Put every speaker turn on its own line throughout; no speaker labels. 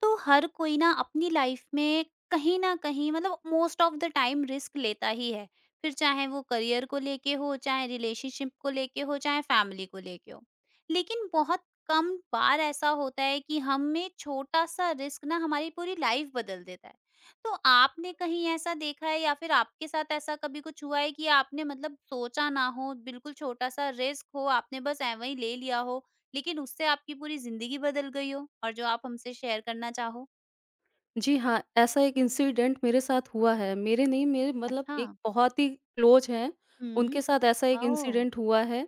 तो हर कोई ना अपनी लाइफ में कहीं ना कहीं मतलब most of the time risk लेता ही है। फिर चाहे वो करियर को लेके हो, चाहे रिलेशनशिप को लेके हो, चाहे फैमिली को लेके हो। लेकिन बहुत कम बार ऐसा होता है कि हम में छोटा सा रिस्क ना हमारी पूरी लाइफ बदल देता है। तो आपने कहीं ऐसा देखा है या फिर आपके साथ ऐसा कभी कुछ हुआ है कि आपने मतलब सोचा ना हो, बिल्कुल छोटा सा रिस्क हो, आपने बस ऐवें ही ले लिया हो, लेकिन उससे आपकी पूरी ज़िंदगी बदल गई हो और जो आप हमसे शेयर करना चाहो?
जी हाँ, ऐसा एक इंसिडेंट मेरे साथ हुआ है। मेरे नहीं, मेरे मतलब
अच्छा।
एक बहुत ही क्लोज़ हैं,
हुँ।
उनके साथ ऐसा एक
ओह!
इंसिडेंट हुआ है,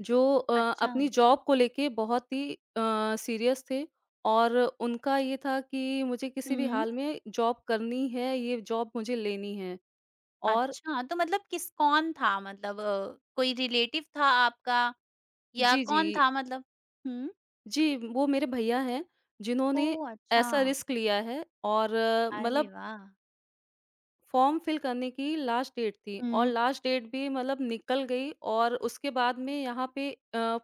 जो
अच्छा।
अपनी जॉब को लेके बहुत ही सीरियस थे और उनका ये था कि मुझे किसी भी
हुँ।
हाल में जॉब करनी है, ये जॉब मुझे लेनी है और
अच्छा, तो मतलब किस कौन था मतलब कोई रिलेटिव था आपका या
जी,
कौन
जी।
था मतलब? हुँ।
जी, वो मेरे भैया हैं, जिन्होंने
ओह! अच्छा।
ऐसा रिस्क लिया है और
अरे
मतलब
वाह!
फॉर्म फिल करने की लास्ट डेट थी और
हुँ।
लास्ट डेट भी मतलब निकल गई और उसके बाद में यहाँ पे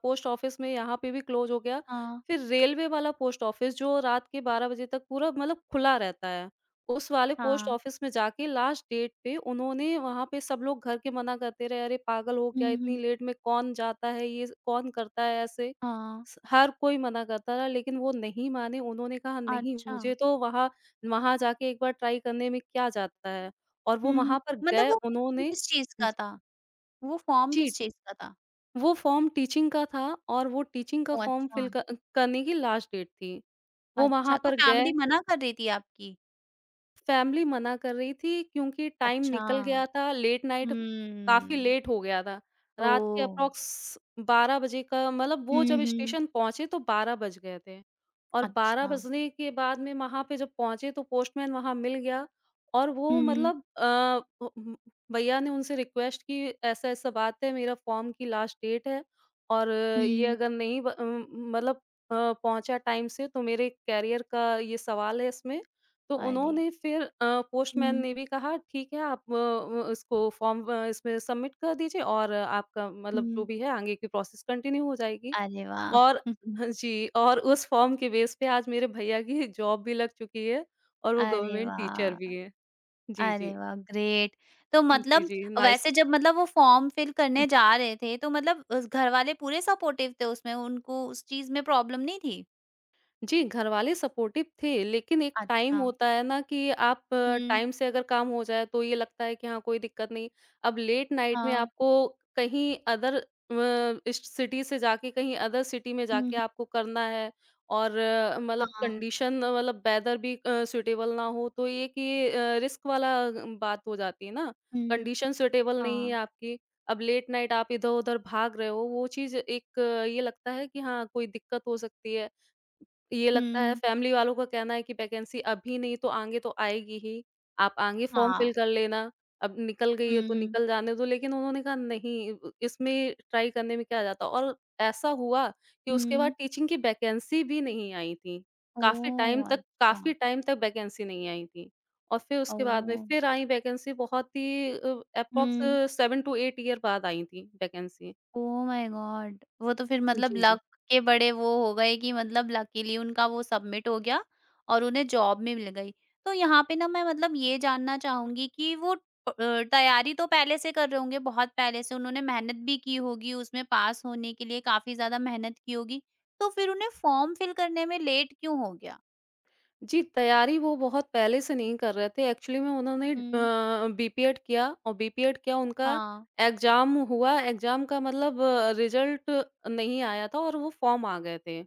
पोस्ट ऑफिस में यहाँ पे भी क्लोज हो गया।
हाँ,
फिर रेलवे वाला पोस्ट ऑफिस जो रात के 12 बजे तक पूरा मतलब खुला रहता है, उस वाले पोस्ट
हाँ।
ऑफिस में जाके लास्ट डेट पे उन्होंने वहाँ पे सब लोग घर के मना करते रहे, "अरे पागल हो क्या?
हुँ,
इतनी
हुँ।
लेट में कौन जाता है? ये कौन करता है ऐसे?"
हाँ,
स हर कोई मना करता रहा लेकिन वो नहीं माने, उन्होंने कहा, "नहीं,
अच्छा।
मुझे तो वहाँ वहाँ जाके एक बार ट्राई करने में क्या जाता है?" और वो
हुँ, हुँ।
वहाँ पर
मतलब
गए
वो फ़ॉर्म
उन्होंने
किस चीज़
ज
का था? वो फ़ॉर्म
जी,
किस चीज़ का था?
वो फ़ॉर्म टीचिंग का था और वो टीचिंग का
ओह!
फ़ॉर्म
अच्छा।
फिल क करने की लास्ट डेट थी। वो वहाँ
अच्छा, तो
पर गए
फैमिली मना कर रही थी आपकी?
फैमिली मना कर रही थी क्योंकि टाइम
अच्छा।
निकल गया था, लेट नाइट काफ़ी
हुँ।
लेट हो गया था। रात के
ओह!
अप्रॉक्स 12 बजे का मतलब वो
हुँ,
जब
हुँ।
स्टेशन पहुँचे तो 12 बज गए थे और 12
अच्छा।
बजने के बाद में वहाँ पे जब पहुँचे तो पोस्टमैन वहाँ मिल गया और वो
हुँ,
मतलब भैया ने उनसे रिक्वेस्ट की ऐसा-ऐसा बात है, मेरा फॉर्म की लास्ट डेट है और ये
हुँ।
अगर नहीं मतलब पहुँचा टाइम से तो मेरे करियर का ये सवाल है इसमें तो
अरे!
उन्होंने फिर पोस्टमैन
हुँ,
ने भी कहा ठीक है आप इसको फ़ॉर्म इसमें सबमिट कर दीजिए और आपका मतलब जो
हुँ।
भी है आगे की प्रोसेस कंटिन्यू हो जाएगी।
अरे वाह!
और
हुँ।
हाँ जी, और उस फ़ॉर्म के बेस पे आज मेरे भैया की जॉब भी लग चुकी है और वो
अरे
गवर्नमेंट टीचर भी
वाह!
हैं। जी, जी।
अरे वाह! ग्रेट। तो
जी,
मतलब
जी। नाइस
वैसे जब मतलब वो फॉर्म फिल करने जा रहे थे तो मतलब उस घर वाले पूरे सपोर्टिव थे उसमें, उनको उस चीज़ में प्रॉब्लम नहीं थी?
जी, घरवाले सपोर्टिव थे, लेकिन एक टाइम
अच्छा।
होता है ना कि आप
हुँ,
टाइम से अगर काम हो जाए तो ये लगता है कि हाँ, कोई दिक्कत नहीं। अब लेट नाइट में
हाँ।
आपको कहीं अदर इस सिटी से जाके कहीं अदर सिटी में
हुँ, हुँ।
जाके आपको करना है और मतलब
हाँ।
कंडीशन मतलब वेदर भी सूटेबल ना हो तो ये कि रिस्क वाला बात हो जाती है ना।
हुँ,
कंडीशन सूटेबल नहीं है
हाँ।
आपकी, अब लेट नाइट आप इधर-उधर भाग रहे हो, वो चीज़ ये लगता है कि हाँ, कोई दिक्कत हो सकती है। ये लगता है
हुँ,
फैमिली वालों का कहना है कि वैकेंसी अभी नहीं तो आगे तो आएगी ही, आप आगे फ़ॉर्म
हाँ।
फिल कर लेना, अब निकल गई है तो
हुँ,
निकल जाने दो। लेकिन उन्होंने कहा नहीं ब इसमें ट्राई करने में क्या जाता है और ऐसा हुआ कि उसके बाद
हुँ।
टीचिंग की वैकेंसी भी नहीं आई थी। काफ़ी टाइम
ओह!
तक काफ़ी
अच्छा।
टाइम तक वैकेंसी नहीं आई थी। और फिर उसके बाद में
ओह!
फिर आई वैकेंसी बहुत ही एप्रॉक्स
हुँ।
7 टू 8 ईयर बाद आई थी वैकेंसी।
Oh my God! वो तो फिर मतलब
जी, जी।
लक के बड़े वो हो गए कि मतलब लकीली उनका वो सबमिट हो गया और उन्हें जॉब भी मिल गई। तो यहाँ पे ना मैं मतलब ये जानना चाहूँगी कि वो तैयारी तो पहले से कर रहे होंगे, बहुत पहले से उन्होंने मेहनत भी की होगी, उसमें पास होने के लिए काफ़ी ज़्यादा मेहनत की होगी, तो फिर उन्हें फॉर्म फिल करने में लेट क्यों हो गया?
जी, तैयारी वो बहुत पहले से नहीं कर रहे थे। एक्चुअली में उन्होंने
हुँ।
बीपीएड किया और बीपीएड किया उनका
हाँ।
एग्ज़ाम हुआ। एग्ज़ाम का मतलब रिज़ल्ट नहीं आया था और वो फ़ॉर्म आ गए थे।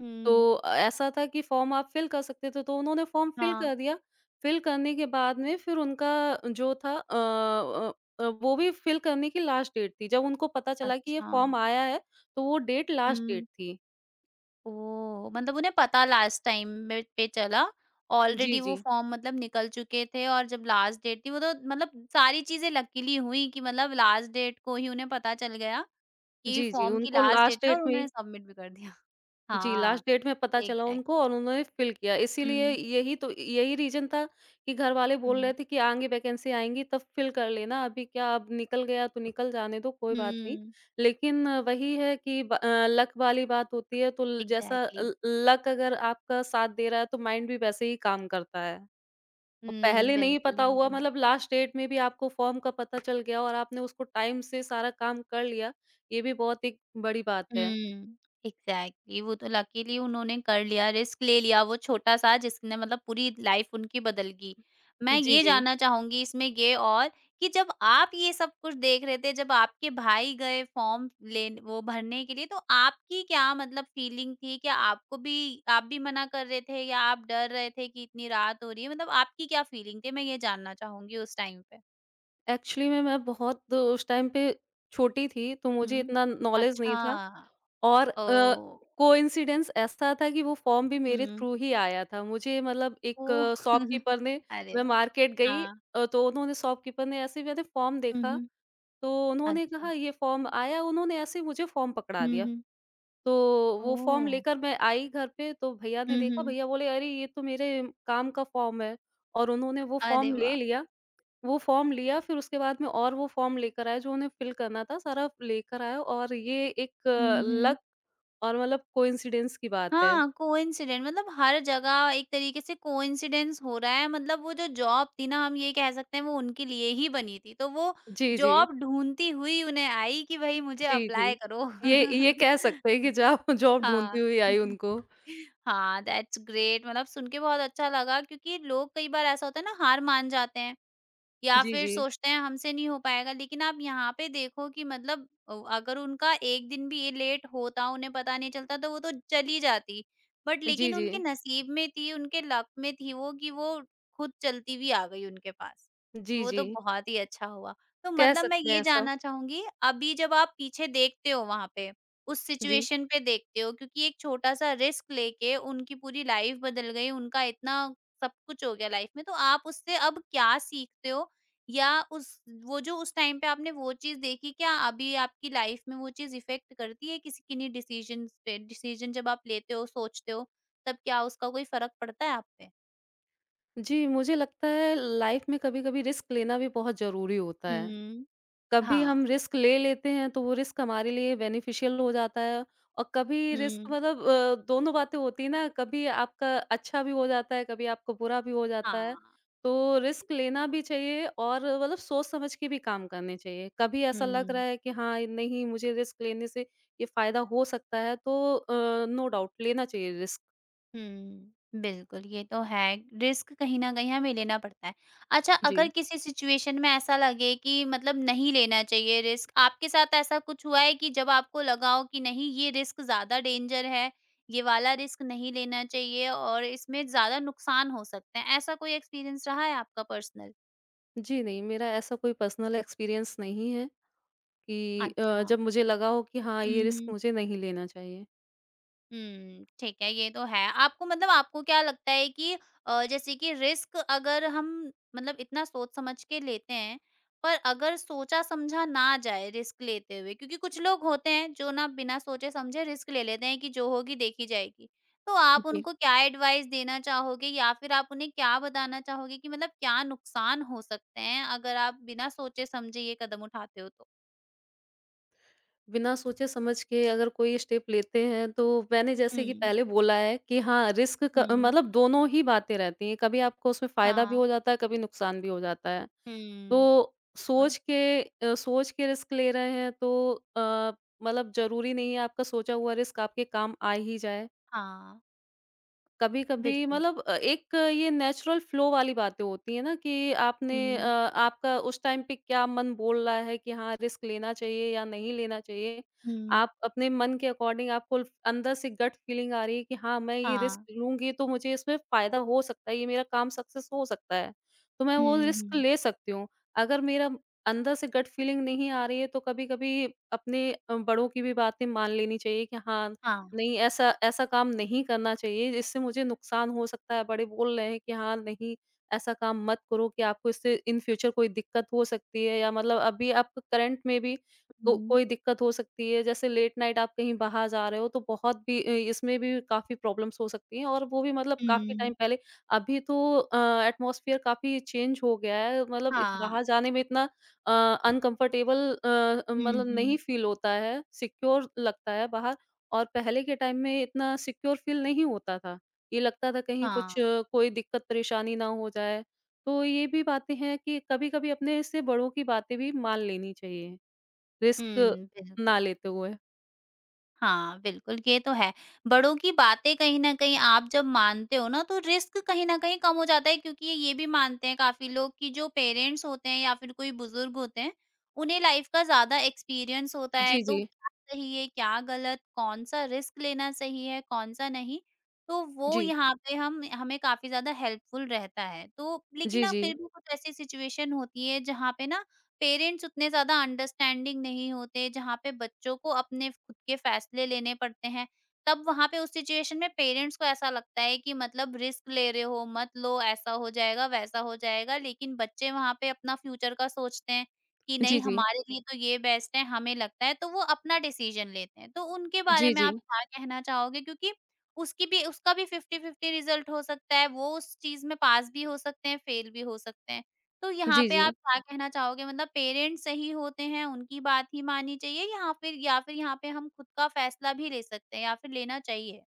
हुँ।
तो ऐसा था कि फ़ॉर्म आप फ़िल कर सकते थे, तो उन्होंने फ़ॉर्म फ़िल
हाँ।
कर दिया। फ़िल करने के बाद में फिर उनका जो था वो भी फ़िल करने की लास्ट डेट थी। जब उनको पता चला कि ये
अच्छा।
फ़ॉर्म आया है, तो वो डेट लास्ट डेट
हुँ।
थी।
ओह! मतलब उन्हें पता लास्ट टाइम में पे चला,
जी,
ऑलरेडी वो
जी।
फॉर्म मतलब निकल चुके थे और जब लास्ट डेट थी वो तो मतलब सारी चीज़ें लकीली हुई कि मतलब लास्ट डेट को ही उन्हें पता चल गया कि
जी, जी,
फॉर्म की
उनको
लास्ट
लास्ट
डेट है
डेट
और
में
उन्होंने सबमिट भी कर दिया।
जी,
हाँ,
लास्ट डेट में पता चला
एग्ज़ैक्ट।
उनको और उन्होंने फ़िल किया। इसीलिए
हुँ,
यही तो यही रीज़न था कि घरवाले बोल रहे
हुँ,
थे कि आगे वैकेंसी आएँगी तब फ़िल कर लेना, अभी क्या अब निकल गया तो निकल जाने दो, कोई बात नहीं।
हुँ,
लेकिन वही है कि लक वाली बात होती है तो ल जैसा
एग्ज़ैक्टली।
ल लक अगर आपका साथ दे रहा है तो माइंड भी वैसे ही काम करता है। और
हुँ,
पहले नहीं
बिल्कुल
पता
ये
हुआ
तो है।
मतलब लास्ट डेट में भी आपको फ़ॉर्म का पता चल गया और आपने उसको टाइम से सारा काम कर लिया, ये भी बहुत एक बड़ी बात है।
हुँ, एग्ज़ैक्टली वो तो लकीली उन्होंने कर लिया, रिस्क ले लिया वो छोटा-सा जिसने मतलब पूरी लाइफ़ उनकी बदल गई। मैं
जी,
ये
जी।
जानना चाहूँगी इसमें ये और कि जब आप ये सब कुछ देख रहे थे, जब आपके भाई गए फॉर्म लेन वो भरने के लिए तो आपकी क्या मतलब फीलिंग थी? क्या आपको भी आप भी मना कर रहे थे या आप डर रहे थे कि इतनी रात हो रही है? मतलब आपकी क्या फीलिंग थी? मैं ये जानना चाहूँगी उस टाइम पे।
एक्चुअली में मैं बहुत उस टाइम पे छोटी थी, तो मुझे
हुँ।
इतना नॉलेज नहीं
अच्छा,
था और
ओह!
कोइंसिडेंस ऐसा था कि वो फॉर्म भी मेरे
हुँ।
थ्रू ही आया था। मुझे मतलब एक
ओह!
शॉपकीपर ने
अरे
मैं
वाह!
मार्केट गई
हाँ।
तो उन्होंने शॉपकीपर ने ऐसे ही मैंने फॉर्म
हुँ,
देखा,
हुँ।
तो उन्होंने
अच्छा।
कहा ये फॉर्म आया, उन्होंने ऐसे ही मुझे फॉर्म पकड़ा
हुँ,
दिया।
हुँ।
तो वो फॉर्म
ओह!
लेकर मैं आई घर पे तो भैया ने
हुँ,
देखा,
हुँ।
भैया बोले, "अरे! ये तो मेरे काम का फॉर्म है" और उन्होंने वो
अरे
फॉर्म ले
वाह!
लिया। वो फॉर्म लिया फिर उसके बाद में और वो फॉर्म लेकर आए जो उन्हें फिल करना था, सारा लेकर आए और ये एक
हुँ,
लक
हुँ।
और मतलब कोइंसिडेंस की बात है।
हाँ, कोइंसिडेंट मतलब हर जगह एक तरीके से कोइंसिडेंस हो रहा है, मतलब वो जो जॉब थी ना, हम ये कह सकते हैं वो उनके लिए ही बनी थी। तो वो
जी, जी।
जॉब ढूँढती हुई उन्हें आई कि भई मुझे
जी,
अप्लाई
जी।
करो।
ये ये कह सकते हैं कि जॉब जॉब ढूँढती
हाँ।
हुई आई उनको।
हाँ, दैट्स ग्रेट, मतलब सुन के बहुत अच्छा लगा क्योंकि लोग, कई बार ऐसा होता है ना, हार मान जाते हैं। या
जी,
फिर
जी।
सोचते हैं हमसे नहीं हो पाएगा, लेकिन आप यहाँ पे देखो कि मतलब अगर उनका एक दिन भी ये लेट होता, उन्हें पता नहीं चलता, तो वो तो चली जाती। बट
जी,
लेकिन उनके
जी।
नसीब में थी, उनके लक में थी वो, कि वो खुद चलती हुई आ गई उनके पास।
जी,
वो
जी।
तो बहुत ही अच्छा हुआ। तो
कह
मतलब मैं
सकते हैं
ये
ऐसा।
जानना चाहूंगी, अभी जब आप पीछे देखते हो, वहां पे उस
जी।
सिचुएशन पे देखते हो, क्योंकि एक छोटा सा रिस्क लेके उनकी पूरी लाइफ बदल गई, उनका इतना सब कुछ हो गया लाइफ में, तो आप उससे अब क्या सीखते हो या उस वो जो उस टाइम पे आपने वो चीज़ देखी, क्या अभी आपकी लाइफ में वो चीज़ इफ़ेक्ट करती है किसी किन्हीं डिसीज़न्स पे? डिसीज़न जब आप लेते हो, सोचते हो, तब क्या उसका कोई फ़र्क पड़ता है आप पे?
जी, मुझे लगता है लाइफ़ में कभी-कभी रिस्क लेना भी बहुत ज़रूरी होता है।
हुँ।
कभी
हाँ।
हम रिस्क ले लेते हैं तो वो रिस्क हमारे लिए बेनिफिशियल हो जाता है और कभी रिस्क
हुँ।
मतलब दोनों बातें होती है ना कभी आपका अच्छा भी हो जाता है कभी आपको बुरा भी हो जाता है
हाँ,
तो रिस्क
बिल्कुल।
लेना भी चाहिए और मतलब सोच समझ के भी काम करने चाहिए कभी ऐसा लग रहा
हुँ।
है कि हाँ नहीं मुझे रिस्क लेने से ये फायदा हो सकता है तो नो डाउट लेना चाहिए रिस्क
हुँ। बिल्कुल, ये तो है। रिस्क कहीं न कहीं हमें लेना पड़ता है। अच्छा,
जी
अगर किसी सिचुएशन में ऐसा लगे कि मतलब नहीं लेना चाहिए रिस्क, आपके साथ ऐसा कुछ हुआ है कि जब आपको लगा हो कि नहीं ये रिस्क ज़्यादा डेंजर है, ये वाला रिस्क नहीं लेना चाहिए और इसमें ज़्यादा नुकसान हो सकते हैं, ऐसा कोई एक्सपीरियंस रहा है आपका पर्सनल?
जी नहीं मेरा ऐसा कोई पर्सनल एक्सपीरियंस नहीं है कि
अच्छा।
जब मुझे लगा हो कि हाँ ये
हुँ,
रिस्क
हुँ।
मुझे नहीं लेना चाहिए
हुँ, ठीक है, ये तो है। आपको मतलब आपको क्या लगता है कि जैसे कि रिस्क अगर हम मतलब इतना सोच-समझ के लेते हैं, पर अगर सोचा-समझा ना जाए रिस्क लेते हुए, क्योंकि कुछ लोग होते हैं जो ना बिना सोचे-समझे रिस्क ले लेते हैं कि जो होगी देखी जाएगी। तो आप
जी
उनको क्या एडवाइस देना चाहोगे या फिर आप उन्हें क्या बताना चाहोगे कि मतलब क्या नुकसान हो सकते हैं अगर आप बिना सोचे-समझे ये कदम उठाते हो तो?
बिना सोचे समझ के अगर कोई स्टेप लेते हैं तो मैंने जैसे कि
हुँ,
पहले बोला है कि हाँ रिस्क
हुँ।
मतलब दोनों ही बातें रहती हैं कभी आपको उसमें फायदा भी हो
हाँ।
जाता है कभी नुकसान भी हो जाता है
हुँ।
तो
बिल्कुल।
सोच के रिस्क ले रहे हैं तो अ, मतलब जरूरी नहीं है आपका सोचा हुआ रिस्क आपके काम आ ही जाए
हाँ,
कभी-कभी
बिल्कुल।
मतलब एक ये नेचुरल फ्लो वाली बातें होती हैं ना कि
हुँ,
आपका उस टाइम पे क्या मन बोल रहा है कि हाँ, रिस्क लेना चाहिए या नहीं लेना चाहिए।
हुँ,
आप अपने मन के अकॉर्डिंग आपको अंदर से गट फीलिंग आ रही है कि हाँ, मैं ये रिस्क
हाँ।
लूँगी तो मुझे इसमें फ़ायदा हो सकता है, ये मेरा काम सक्सेस हो सकता है, तो मैं वो
हुँ,
रिस्क
हुँ,
ले सकती हूँ। अगर मेरा अंदर से गट फीलिंग नहीं आ रही है तो कभी-कभी अपने बड़ों की भी बातें मान लेनी चाहिए कि हाँ
हाँ,
नहीं, ऐसा ऐसा काम नहीं करना चाहिए, इससे मुझे नुकसान हो सकता है। बड़े बोल रहे हैं कि हाँ, नहीं, ऐसा काम मत करो कि आपको इससे इन फ्यूचर कोई दिक्कत हो सकती है या मतलब अभी आप करंट में भी को
हुँ,
कोई दिक्कत हो सकती है। जैसे लेट नाइट आप कहीं बाहर जा रहे हो, तो बहुत भी इसमें भी काफ़ी प्रॉब्लम्स हो सकती हैं और वो भी मतलब काफ़ी टाइम
हुँ,
पहले। अभी तो एटमॉस्फियर काफ़ी चेंज हो गया है, मतलब इत
हाँ,
बाहर जाने में इतना अनकंफर्टेबल
हुँ,
मतलब नहीं
हुँ,
फ़ील होता है, सिक्योर लगता है बाहर। और पहले के टाइम में इतना सिक्योर फील नहीं होता था। ये लगता था कहीं
हाँ,
कुछ कोई दिक्कत परेशानी ना हो जाए। तो ये भी बातें हैं कि कभी-कभी अपने से बड़ों की बातें भी मान लेनी चाहिए, रिस्क
हुँ,
ना
बिल्कुल।
लेते हुए।
हाँ, बिल्कुल, ये तो है। बड़ों की बातें कहीं न कहीं आप जब मानते हो ना, तो रिस्क कहीं न कहीं कम हो जाता है, क्योंकि ये भी मानते हैं काफ़ी लोग कि जो पेरेंट्स होते हैं या फिर कोई बुज़ुर्ग होते हैं, उन्हें लाइफ़ का ज़्यादा एक्सपीरियंस होता है,
जी,
तो
जी।
क्या सही है, क्या गलत, कौन-सा रिस्क लेना सही है, कौन-सा नहीं, तो वो
जी।
यहाँ पे हम हमें काफ़ी ज़्यादा हेल्पफुल रहता है। तो लेकिन
जी,
ना,
जी।
फिर भी कुछ ऐसी सिचुएशन होती है, जहाँ पे ना पेरेंट्स उतने ज़्यादा अंडरस्टैंडिंग नहीं होते, जहाँ पे बच्चों को अपने खुद के फ़ैसले लेने पड़ते हैं। तब वहाँ पे उस सिचुएशन में पेरेंट्स को ऐसा लगता है कि मतलब रिस्क ले रहे हो, मत लो, ऐसा हो जाएगा, वैसा हो जाएगा। लेकिन बच्चे वहाँ पे अपना फ्यूचर का सोचते हैं कि
जी,
नहीं,
जी।
हमारे लिए तो ये बेस्ट है, हमें लगता है, तो वो अपना डिसीज़न लेते हैं। तो उनके बारे
जी,
में
जी।
आप क्या कहना चाहोगे? क्योंकि उसकी भी उसका भी 50-50 रिज़ल्ट हो सकता है, वो उस चीज़ में पास भी हो सकते हैं, फेल भी हो सकते हैं। तो यहाँ
जी,
पे आप
जी।
क्या कहना चाहोगे, मतलब पेरेंट्स सही होते हैं, उनकी बात ही माननी चाहिए, या फिर यहाँ पे हम खुद का फैसला भी ले सकते हैं या फिर लेना चाहिए?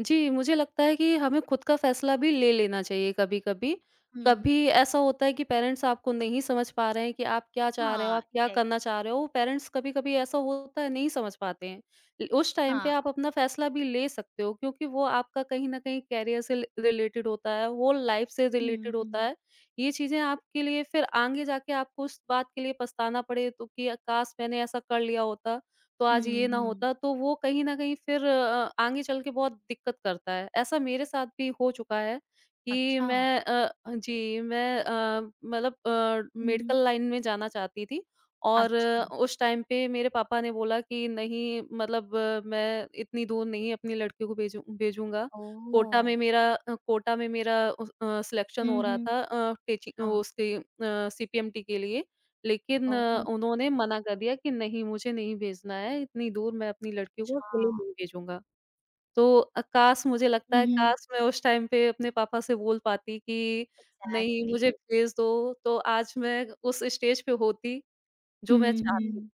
जी, मुझे लगता है कि हमें खुद का फैसला भी ले लेना चाहिए कभी-कभी। कभी
हुँ।
कभी ऐसा होता है कि पेरेंट्स आपको नहीं समझ पा रहे हैं कि आप क्या चाह रहे हो,
हाँ,
आप क्या करना
एग्ज़ैक्टली।
चाह रहे हो। पेरेंट्स कभी-कभी ऐसा होता है नहीं समझ पाते हैं। ल उस टाइम पे
हाँ।
आप अपना फैसला भी ले सकते हो क्योंकि वो आपका कहीं न कहीं करियर से ल रिलेटेड होता है, होल लाइफ से
हुँ,
रिलेटेड होता
हुँ।
है। ये चीज़ें आपके लिए फिर आगे जाके आपको उस बात के लिए पछताना पड़े तो कि काश मैंने ऐसा कर लिया होता। तो आज ये
हुँ,
ना
हुँ।
होता, तो वो कहीं न कहीं फिर आगे चल के बहुत दिक्कत करता है। ऐसा मेरे साथ भी हो चुका है कि
अच्छा।
हाँ जी, मैं मतलब
हुँ।
मेडिकल लाइन में जाना चाहती थी और
अच्छा।
उस टाइम पे मेरे पापा ने बोला कि नहीं मतलब मैं इतनी दूर नहीं अपनी लड़कियों को भेजूँगा।
ओह!
कोटा में मेरा सिलेक्शन हो
हुँ,
रहा
हुँ।
था टीचिंग
अच्छा।
उसकी सीपीएमटी के लिए। लेकिन
ओह!
उन्होंने मना कर दिया कि नहीं मुझे नहीं भेजना है, इतनी दूर मैं अपनी लड़की को
अच्छा।
अकेले नहीं भेजूँगा। तो काश मुझे लगता
हुँ,
है
हुँ।
काश मैं उस टाइम पे अपने पापा से बोल पाती कि नहीं
एग्ज़ैक्टली।
मुझे भेज दो, तो आज मैं उस स्टेज पे होती जो मैं
हुँ, हुँ।
चाहती
हुँ।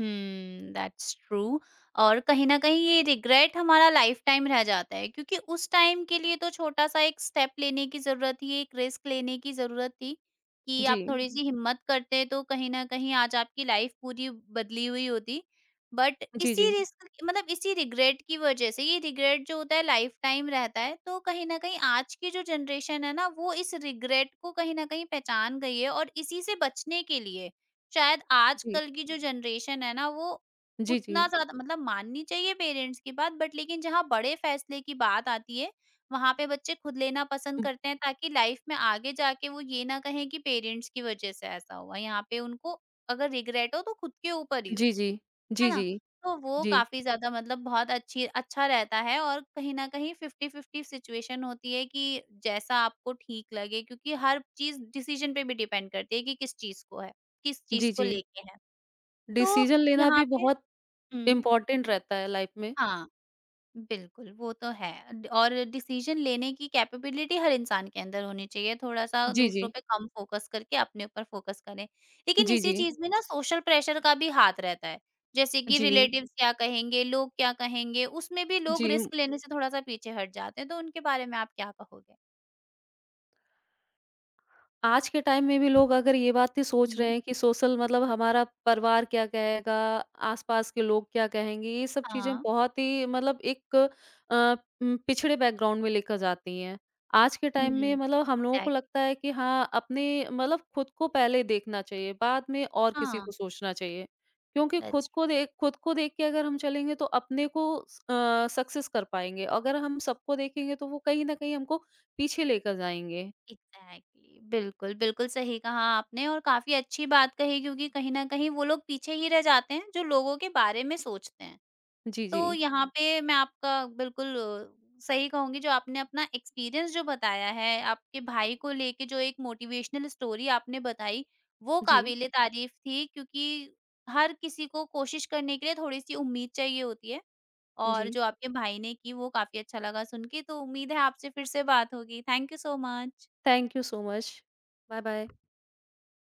That's true. और कहीं न कहीं ये रिग्रेट हमारा लाइफ़टाइम रह जाता है, क्योंकि उस टाइम के लिए तो छोटा-सा एक स्टेप लेने की ज़रूरत थी, एक रिस्क लेने की ज़रूरत थी, कि
जी।
आप थोड़ी-सी हिम्मत करते तो कहीं न कहीं आज आपकी लाइफ़ पूरी बदली हुई होती। बट
जी,
इसी
जी।
रिस्क मतलब इसी रिग्रेट की वजह से, ये रिग्रेट जो होता है लाइफ़टाइम रहता है, तो कहीं न कहीं आज की जो जनरेशन है ना, वो इस रिग्रेट को कहीं न कहीं पहचान गई है, और इसी से बचने के लिए शायद
जी।
आजकल की जो जनरेशन है ना, वो
जी, जी।
उतना ज़्यादा मतलब माननी चाहिए पेरेंट्स की बात, बट लेकिन जहाँ बड़े फैसले की बात आती है, वहाँ पे बच्चे खुद लेना पसंद
उम,
करते हैं, ताकि लाइफ में आगे जाके वो ये ना कहें कि पेरेंट्स की वज़ह से ऐसा हुआ। यहाँ पे उनको अगर रिग्रेट हो तो खुद के ऊपर ही हो।
जी, जी।
है
जी,
ना?
जी।
तो वो
जी।
काफ़ी ज़्यादा मतलब बहुत अच्छी अच्छा रहता है, और कहीं न कहीं 50-50 सिचुएशन होती है कि जैसा आपको ठीक लगे, क्योंकि हर चीज़ डिसीज़न पे भी डिपेंड करती है कि किस चीज़ को है, किस
जी,
चीज़ को
जी।
लेके है। तो
डिसीज़न लेना
यहाँ
भी
पे
बहुत
हुँ,
इम्पोर्टेंट रहता है लाइफ में।
हाँ। बिल्कुल, वो तो है और डिसीज़न लेने की कैपेबिलिटी हर इंसान के अंदर होनी चाहिए, थोड़ा-सा
जी,
दूसरों
जी।
पे कम फ़ोकस करके अपने ऊपर फ़ोकस करें। लेकिन
जी,
इसी
जी।
चीज़ में ना सोशल प्रेशर का भी हाथ रहता है, जैसे कि
जी।
रिलेटिव्स क्या कहेंगे, लोग क्या कहेंगे, उसमें भी लोग
जी।
रिस्क लेने से थोड़ा-सा पीछे हट जाते हैं, तो उनके बारे में आप क्या कहोगे?
आज के टाइम में भी लोग अगर ये बातें सोच रहे
हुँ।
हैं कि सोशल मतलब हमारा परिवार क्या कहेगा, आस-पास के लोग क्या कहेंगे, ये सब चीज़ें
हाँ।
बहुत ही मतलब एक पिछड़े बैकग्राउंड में लेकर जाती हैं। आज के
हुँ।
टाइम
हुँ,
में मतलब हम लोगों को
एग्ज़ैक्टली।
लगता है कि हाँ, अपने मतलब खुद को पहले देखना चाहिए, बाद में और किसी
हाँ,
को सोचना चाहिए। क्योंकि खुद
दैट्स
को देख खुद को देख के अगर हम चलेंगे तो अपने को सक्सेस कर पाएँगे। अगर हम सबको देखेंगे तो वो कहीं न कहीं हमको पीछे लेकर जाएँगे।
Exactly exactly. बिल्कुल बिल्कुल सही कहा आपने, और काफी अच्छी बात कही, क्योंकि कहीं ना कहीं वो लोग पीछे ही रह जाते हैं जो लोगों के बारे में सोचते हैं।
जी,
तो
जी।
यहाँ पे मैं आपका बिल्कुल सही कहूंगी, जो आपने अपना एक्सपीरियंस जो बताया है, आपके भाई को लेके जो एक मोटिवेशनल स्टोरी आपने बताई, वो
जी।
काबिले तारीफ थी, क्योंकि हर किसी को कोशिश करने के लिए थोड़ी सी उम्मीद चाहिए होती है, और
जी
जो आपके भाई ने की वो काफी अच्छा लगा सुन के। तो उम्मीद है आपसे फिर से बात होगी। Thank you so much.
Thank you so much bye bye